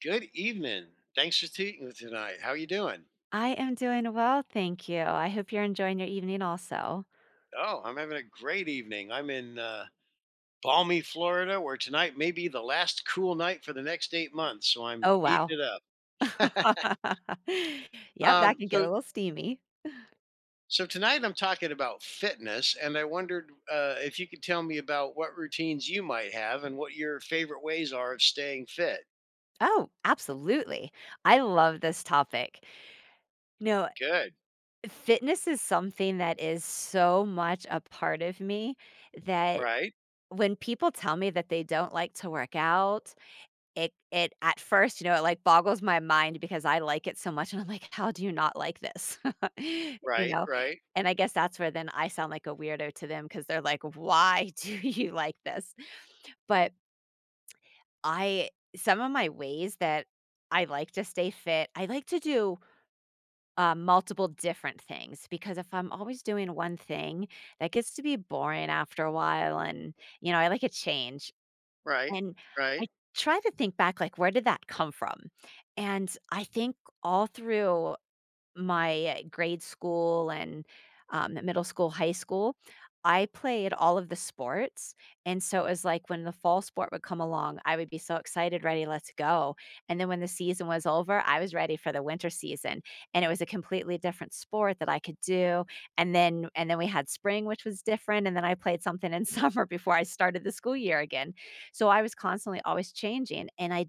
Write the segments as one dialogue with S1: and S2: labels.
S1: Good evening. Thanks for speaking tonight. How are you doing?
S2: I am doing well, thank you. I hope you're enjoying your evening also.
S1: Oh, I'm having a great evening. I'm in balmy Florida, where tonight may be the last cool night for the next 8 months. So I'm
S2: Oh,
S1: eating
S2: wow.
S1: it up.
S2: Yep, that
S1: um,
S2: can get
S1: so,
S2: a little steamy.
S1: so tonight I'm talking about fitness, and I wondered if you could tell me about what routines you might have and what your favorite ways are of staying fit.
S2: Oh, absolutely. I love this topic. You know,
S1: Good.
S2: fitness is something that is so much a part of me that
S1: Right.
S2: when people tell me that they don't like to work out. It at first, you know, it, like, boggles my mind because I like it so much, and I'm like, "How do you not like this?" You
S1: Right.
S2: know?
S1: Right.
S2: And I guess that's where then I sound like a weirdo to them because 'cause they're like, "Why do you like this?" But I, some of my ways that I like to stay fit, I like to do, multiple different things because if I'm always doing one thing, that gets to be boring after a while and, you know, I like a change.
S1: Right.
S2: And I
S1: Right.
S2: try to think back, like, where did that come from? And I think all through my grade school and, middle school, high school, I played all of the sports, and so it was like when the fall sport would come along, I would be so excited, "Ready, let's go," and then when the season was over, I was ready for the winter season, and it was a completely different sport that I could do, and then we had spring, which was different, and then I played something in summer before I started the school year again. So I was constantly always changing, and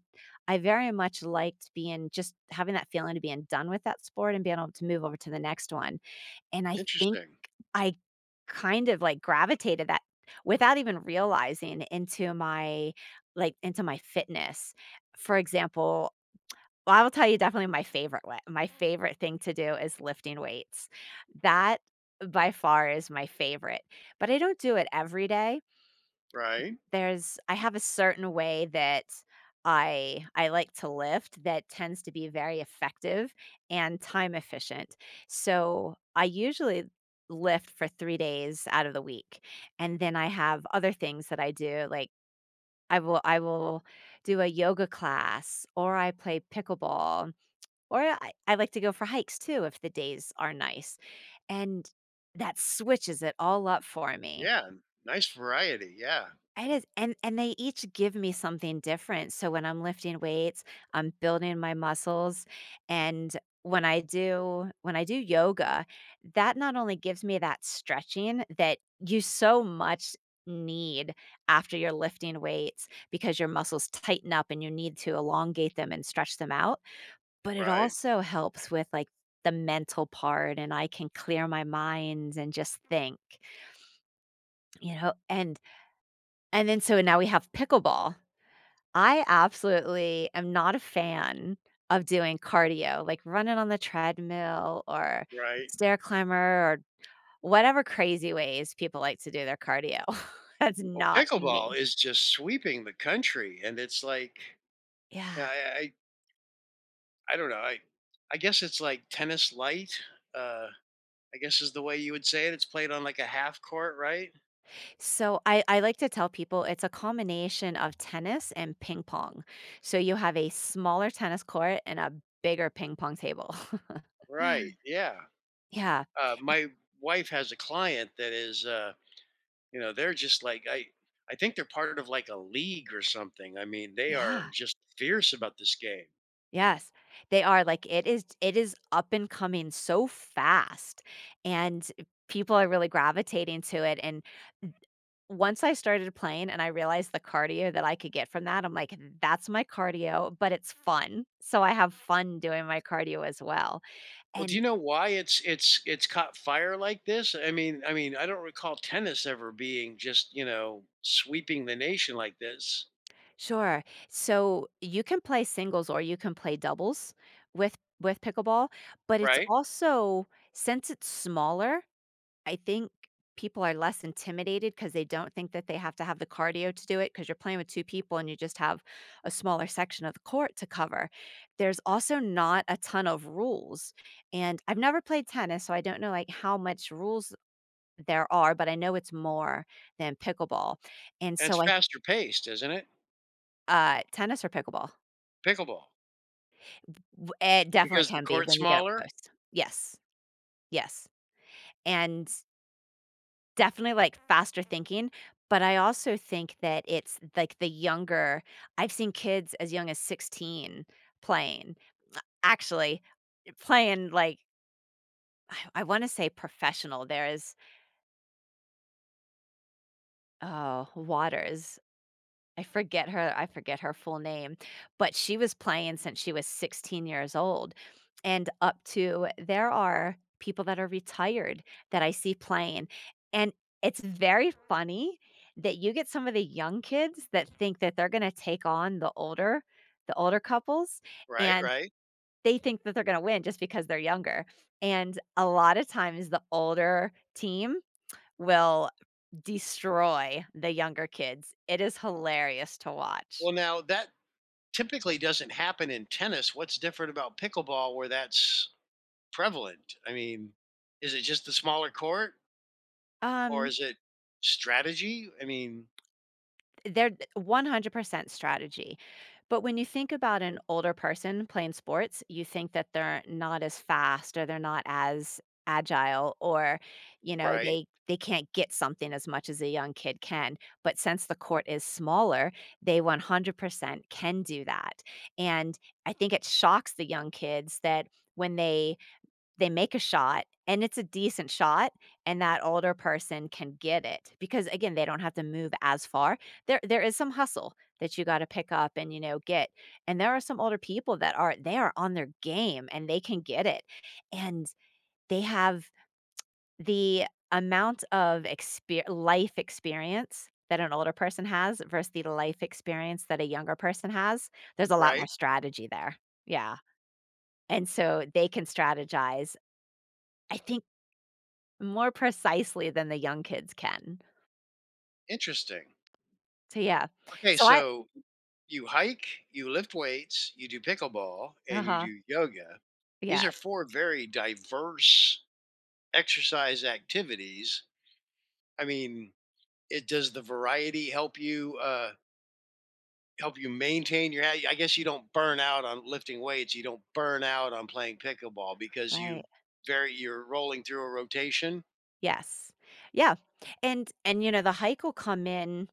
S2: I very much liked being, just having that feeling of being done with that sport and being able to move over to the next one, and I think
S1: Interesting.
S2: I kind of, like, gravitated that without even realizing into my, like, into my fitness. For example, well, I will tell you definitely my favorite way, my favorite thing to do is lifting weights. That by far is my favorite, but I don't do it every day.
S1: Right.
S2: There's, I have a certain way that I like to lift that tends to be very effective and time efficient. So, I usually lift for 3 days out of the week, and then I have other things that I do, like I will do a yoga class, or I play pickleball, or I like to go for hikes too if the days are nice, and that switches it all up for me.
S1: Yeah. Nice variety. Yeah.
S2: It is, and they each give me something different, so when I'm lifting weights, I'm building my muscles, and when I do yoga, that not only gives me that stretching that you so much need after you're lifting weights because your muscles tighten up and you need to elongate them and stretch them out, but it
S1: Right.
S2: also helps with, like, the mental part, and I can clear my mind and just think, you know. And then so now we have pickleball. I absolutely am not a fan of doing cardio, like running on the treadmill or
S1: Right.
S2: stair climber or whatever crazy ways people like to do their cardio. That's
S1: Well,
S2: not me.
S1: pickleball is just sweeping the country, and it's like, yeah,
S2: Yeah.
S1: I don't know. I guess it's like tennis light. Uh, I guess is the way you would say it. It's played on like a half court, right?
S2: So I like to tell people it's a combination of tennis and ping pong. So you have a smaller tennis court and a bigger ping pong table.
S1: Right. Yeah.
S2: Yeah.
S1: My wife has a client that is, you know, they're just like I. I think they're part of like a league or something. I mean, they
S2: Yeah.
S1: are just fierce about this game.
S2: Yes, they are, like, it is, it is up and coming so fast, and people are really gravitating to it, and once I started playing and I realized the cardio that I could get from that, I'm like, "That's my cardio, but it's fun." So, I have fun doing my cardio as well,
S1: Well, do
S2: and
S1: you know why it's caught fire like this? I mean, I mean, I don't recall tennis ever being just, you know, sweeping the nation like this,
S2: sure. So, you can play singles or you can play doubles with pickleball, but it's
S1: right?
S2: also, since it's smaller, I think people are less intimidated because they don't think that they have to have the cardio to do it because 'cause you're playing with 2 people and you just have a smaller section of the court to cover. There's also not a ton of rules, and I've never played tennis, so I don't know, like, how much rules there are, but I know it's more than pickleball, and
S1: And it's
S2: so I,
S1: faster paced, isn't it?
S2: tennis or pickleball?
S1: Pickleball.
S2: W It definitely
S1: Because the
S2: can be
S1: court's
S2: when you get up
S1: smaller,
S2: close. Yes, yes, and definitely, like, faster thinking, but I also think that it's, like, the younger, I've seen kids as young as 16 playing, actually, playing, like, I wanna say professional, there's, oh, Waters, I forget her, I forget her full name, but she was playing since she was 16 years old, and up to, there are people that are retired that I see playing, and it's very funny that you get some of the young kids that think that they're gonna take on the older, the older couples,
S1: right?
S2: and
S1: Right.
S2: they think that they're gonna win just because they're younger, and a lot of times, the older team will destroy the younger kids. It is hilarious to watch.
S1: Well, now that typically doesn't happen in tennis. What's different about pickleball where that's prevalent? I mean, is it just the smaller court or
S2: Um,
S1: is it strategy? I mean,
S2: they're 100% strategy. But when you think about an older person playing sports, you think that they're not as fast or they're not as agile or, you know,
S1: right?
S2: they can't get something as much as a young kid can, but since the court is smaller they 100% can do that. And I think it shocks the young kids that when they make a shot and it's a decent shot and that older person can get it, because again they don't have to move as far. There is some hustle that you got to pick up and, you know, get, and there are some older people that are, they are on their game and they can get it, and they have the amount of exper-, life experience that an older person has versus the life experience that a younger person has, there's a lot more
S1: Right?
S2: strategy there. Yeah, and so they can strategize, I think, more precisely than the young kids can.
S1: Interesting.
S2: So, yeah.
S1: Okay,
S2: So I,
S1: so you hike, you lift weights, you do pickleball, and you
S2: uh-huh.
S1: do yoga. These are
S2: Yes,
S1: four very diverse exercise activities. I mean, it does the variety help you maintain your I guess you don't burn out on lifting weights, you don't burn out on playing pickleball because you
S2: right.
S1: very you're rolling through a rotation.
S2: Yes. Yeah. And, you know, the hike will come in,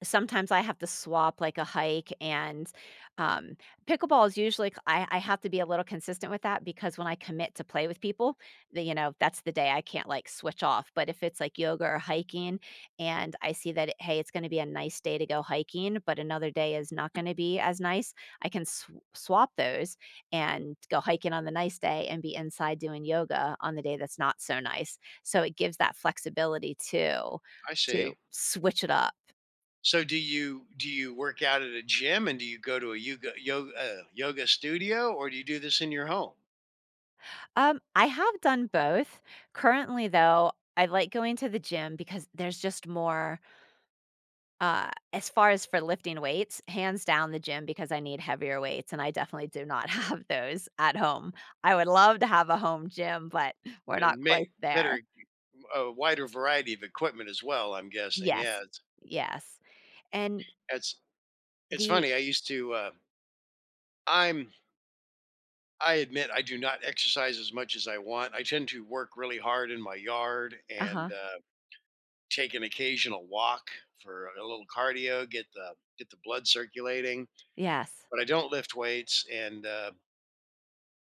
S2: sometimes I have to swap like a hike and, um, pickleball is usually I have to be a little consistent with that because when I commit to play with people, the, you know, that's the day I can't, like, switch off. But if it's like yoga or hiking, and I see that, hey, it's going to be a nice day to go hiking, but another day is not going to be as nice, I can swap those and go hiking on the nice day and be inside doing yoga on the day that's not so nice. So it gives that flexibility too,
S1: I
S2: to
S1: see.
S2: switch it up.
S1: So do you work out at a gym and do you go to a yoga, yoga studio or do you do this in your home?
S2: I have done both. Currently, though, I like going to the gym because there's just more, as far as for lifting weights, hands down the gym because I need heavier weights, and I definitely do not have those at home. I would love to have a home gym, but we're not
S1: And
S2: quite
S1: may
S2: there.
S1: better a wider variety of equipment as well, I'm guessing.
S2: Yes.
S1: Yeah,
S2: Yes. And
S1: it's it's
S2: the,
S1: funny, I used to, I'm I admit I do not exercise as much as I want. I tend to work really hard in my yard
S2: uh-huh.
S1: and, take an occasional walk for a little cardio, get the blood circulating,
S2: Yes.
S1: but I don't lift weights, and,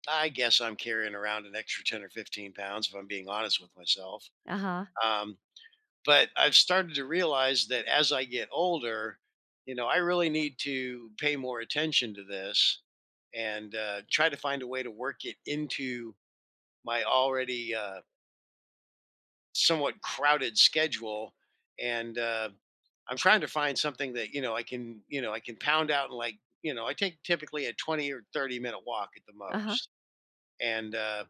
S1: I guess I'm carrying around an extra 10 or 15 pounds, if I'm being honest with myself.
S2: Uh-huh.
S1: Um but I've started to realize that as I get older, you know, I really need to pay more attention to this and try to find a way to work it into my already somewhat crowded schedule. And I'm trying to find something that you know I can you know I can pound out and like you know I take typically a 20 or 30-minute walk at the
S2: Uh-huh.
S1: most, and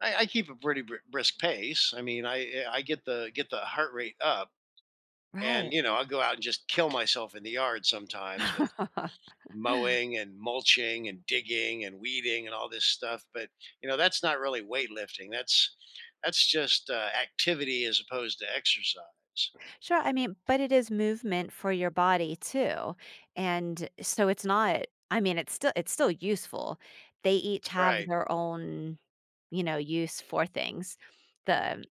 S1: I keep a pretty brisk pace. I mean, I get the heart rate up.
S2: Right.
S1: And, you know, I'll go out and just kill myself in the yard sometimes with mowing and mulching and digging and weeding and all this stuff. But, you know, that's not really weightlifting. That's just activity as opposed to exercise.
S2: Sure, I mean, but it is movement for your body too. And so it's not, I mean, it's still, it's still useful. They each have
S1: Right.
S2: their own, you know, use for things. The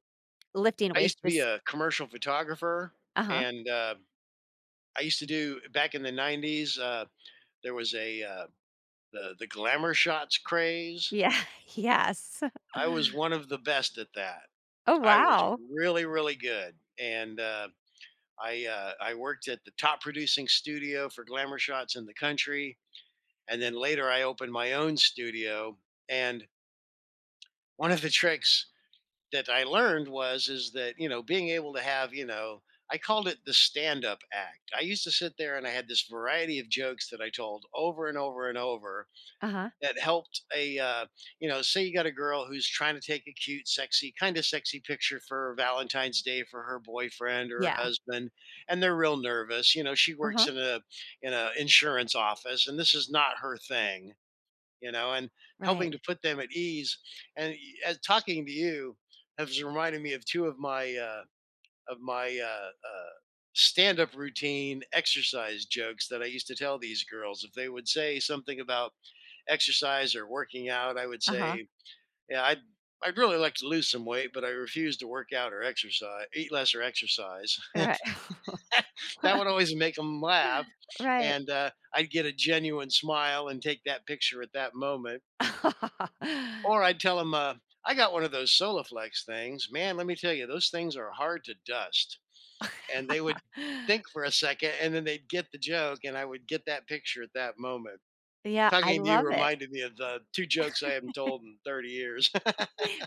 S2: lifting
S1: I
S2: weights
S1: used to be
S2: this,
S1: a commercial photographer,
S2: uh-huh.
S1: and I used to do back in the '90s. There was a the glamour shots craze.
S2: Yeah. Yes.
S1: I was one of the best at that.
S2: Oh,
S1: I was
S2: wow.
S1: really good, and I worked at the top producing studio for glamour shots in the country, and then later I opened my own studio. And one of the tricks that I learned was is that you know being able to have you know I called it the stand up act. I used to sit there and I had this variety of jokes that I told over and over and over
S2: Uh-huh.
S1: that helped a you know say you got a girl who's trying to take a cute sexy sexy picture for valentine's day for her boyfriend or her
S2: Yeah.
S1: husband and they're real nervous you know she works
S2: Uh-huh.
S1: in a insurance office and this is not her thing you know and
S2: Right.
S1: helping to put them at ease and as talking to you has reminded me of two of my stand-up routine exercise jokes that I used to tell these girls if they would say something about exercise or working out, I would
S2: Uh-huh.
S1: say, yeah, I'd really like to lose some weight, but I refuse to work out or exercise, eat less or exercise.
S2: Right.
S1: That would always make them laugh,
S2: Right.
S1: and I'd get a genuine smile and take that picture at that moment. Or I'd tell them, I got one of those Solaflex things. Man, let me tell you, those things are hard to dust, and they would think for a second, and then they'd get the joke, and I would get that picture at that moment
S2: Yeah, I
S1: talking to you
S2: love it.
S1: reminded me of the two jokes I haven't told in 30 years.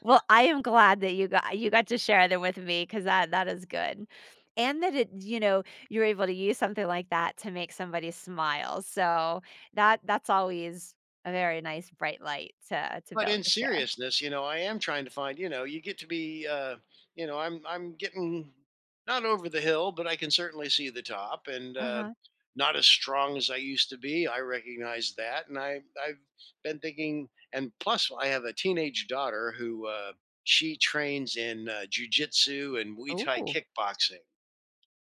S2: Well, I am glad that you got, you got to share them with me because that, that is good. And that it, you know, you're able to use something like that to make somebody smile, so that, that's always a very nice bright light to be
S1: But
S2: able
S1: in
S2: to share.
S1: seriousness, you know, I am trying to find, you know, you get to be you know, I'm getting not over the hill, but I can certainly see the top and
S2: Uh-huh.
S1: not as strong as I used to be. I recognize that and I've been thinking and plus I have a teenage daughter who she trains in jujitsu and Muay Thai
S2: Ooh,
S1: kickboxing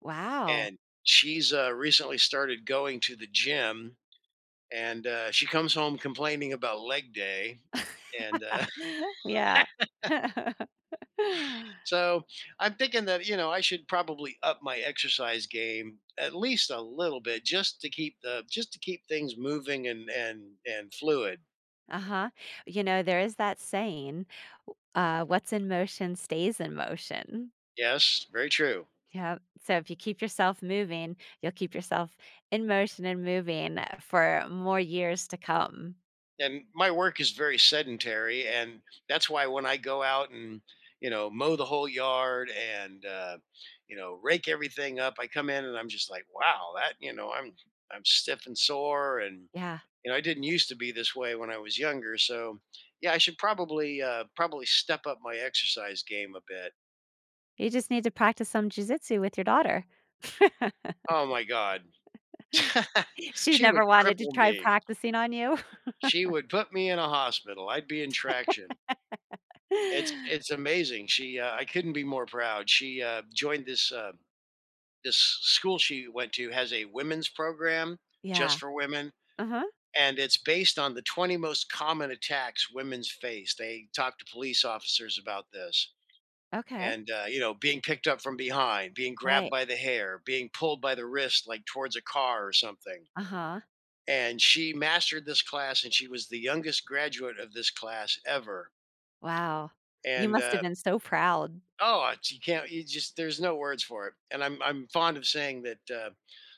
S2: wow.
S1: and she's recently started going to the gym and she comes home complaining about leg day and
S2: Yeah.
S1: so I'm thinking that, you know, I should probably up my exercise game at least a little bit just to keep the just to keep things moving and fluid.
S2: Uh-huh. You know, there is that saying, "What's in motion stays in motion."
S1: Yes, very true.
S2: Yeah. So if you keep yourself moving, you'll keep yourself in motion and moving for more years to come.
S1: And my work is very sedentary and that's why when I go out and, you know, mow the whole yard and you know, rake everything up, I come in and I'm just like, wow, that, you know, I'm stiff and sore and
S2: Yeah.
S1: you know, I didn't used to be this way when I was younger. So, yeah, I should probably probably step up my exercise game a bit.
S2: You just need to practice some jujitsu with your daughter.
S1: Oh my God,
S2: She's
S1: she would
S2: never wanted to
S1: cripple
S2: try
S1: me.
S2: practicing on you.
S1: She would put me in a hospital. I'd be in traction. It's amazing. She I couldn't be more proud. She joined this this school she went to has a women's program
S2: Yeah.
S1: just for women,
S2: Uh-huh.
S1: and it's based on the 20 most common attacks women's face. They talk to police officers about this.
S2: Okay.
S1: And you know being picked up from behind being grabbed
S2: Right.
S1: by the hair being pulled by the wrist like towards a car or something
S2: Uh-huh.
S1: and she mastered this class and she was the youngest graduate of this class ever
S2: Wow. You
S1: and
S2: must have been so proud.
S1: oh you can't you just there's no words for it and I'm fond of saying that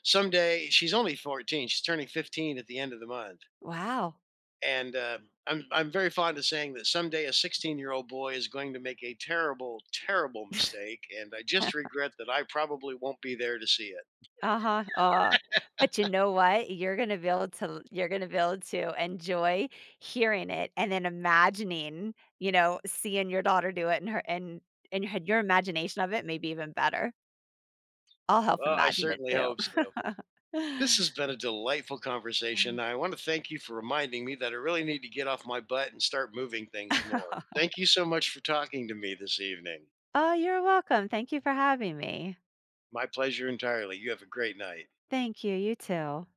S1: someday she's only 14 she's turning 15 at the end of the month.
S2: Wow.
S1: And I'm very fond of saying that someday a 16-year-old boy is going to make a terrible, terrible mistake, and I just regret that I probably won't be there to see it.
S2: Uh-huh, aw, but you know what? You're gonna be able to, you're gonna be able to enjoy hearing it and then imagining, you know, seeing your daughter do it and her, and your imagination of it may be even better. I'll help
S1: Well, I
S2: imagine it
S1: certainly
S2: too.
S1: hope so. This has been a delightful conversation. I want to thank you for reminding me that I really need to get off my butt and start moving things more. Thank you so much for talking to me this evening.
S2: Oh, you're welcome, thank you for having me.
S1: My pleasure entirely. You have a great night.
S2: Thank you, you too.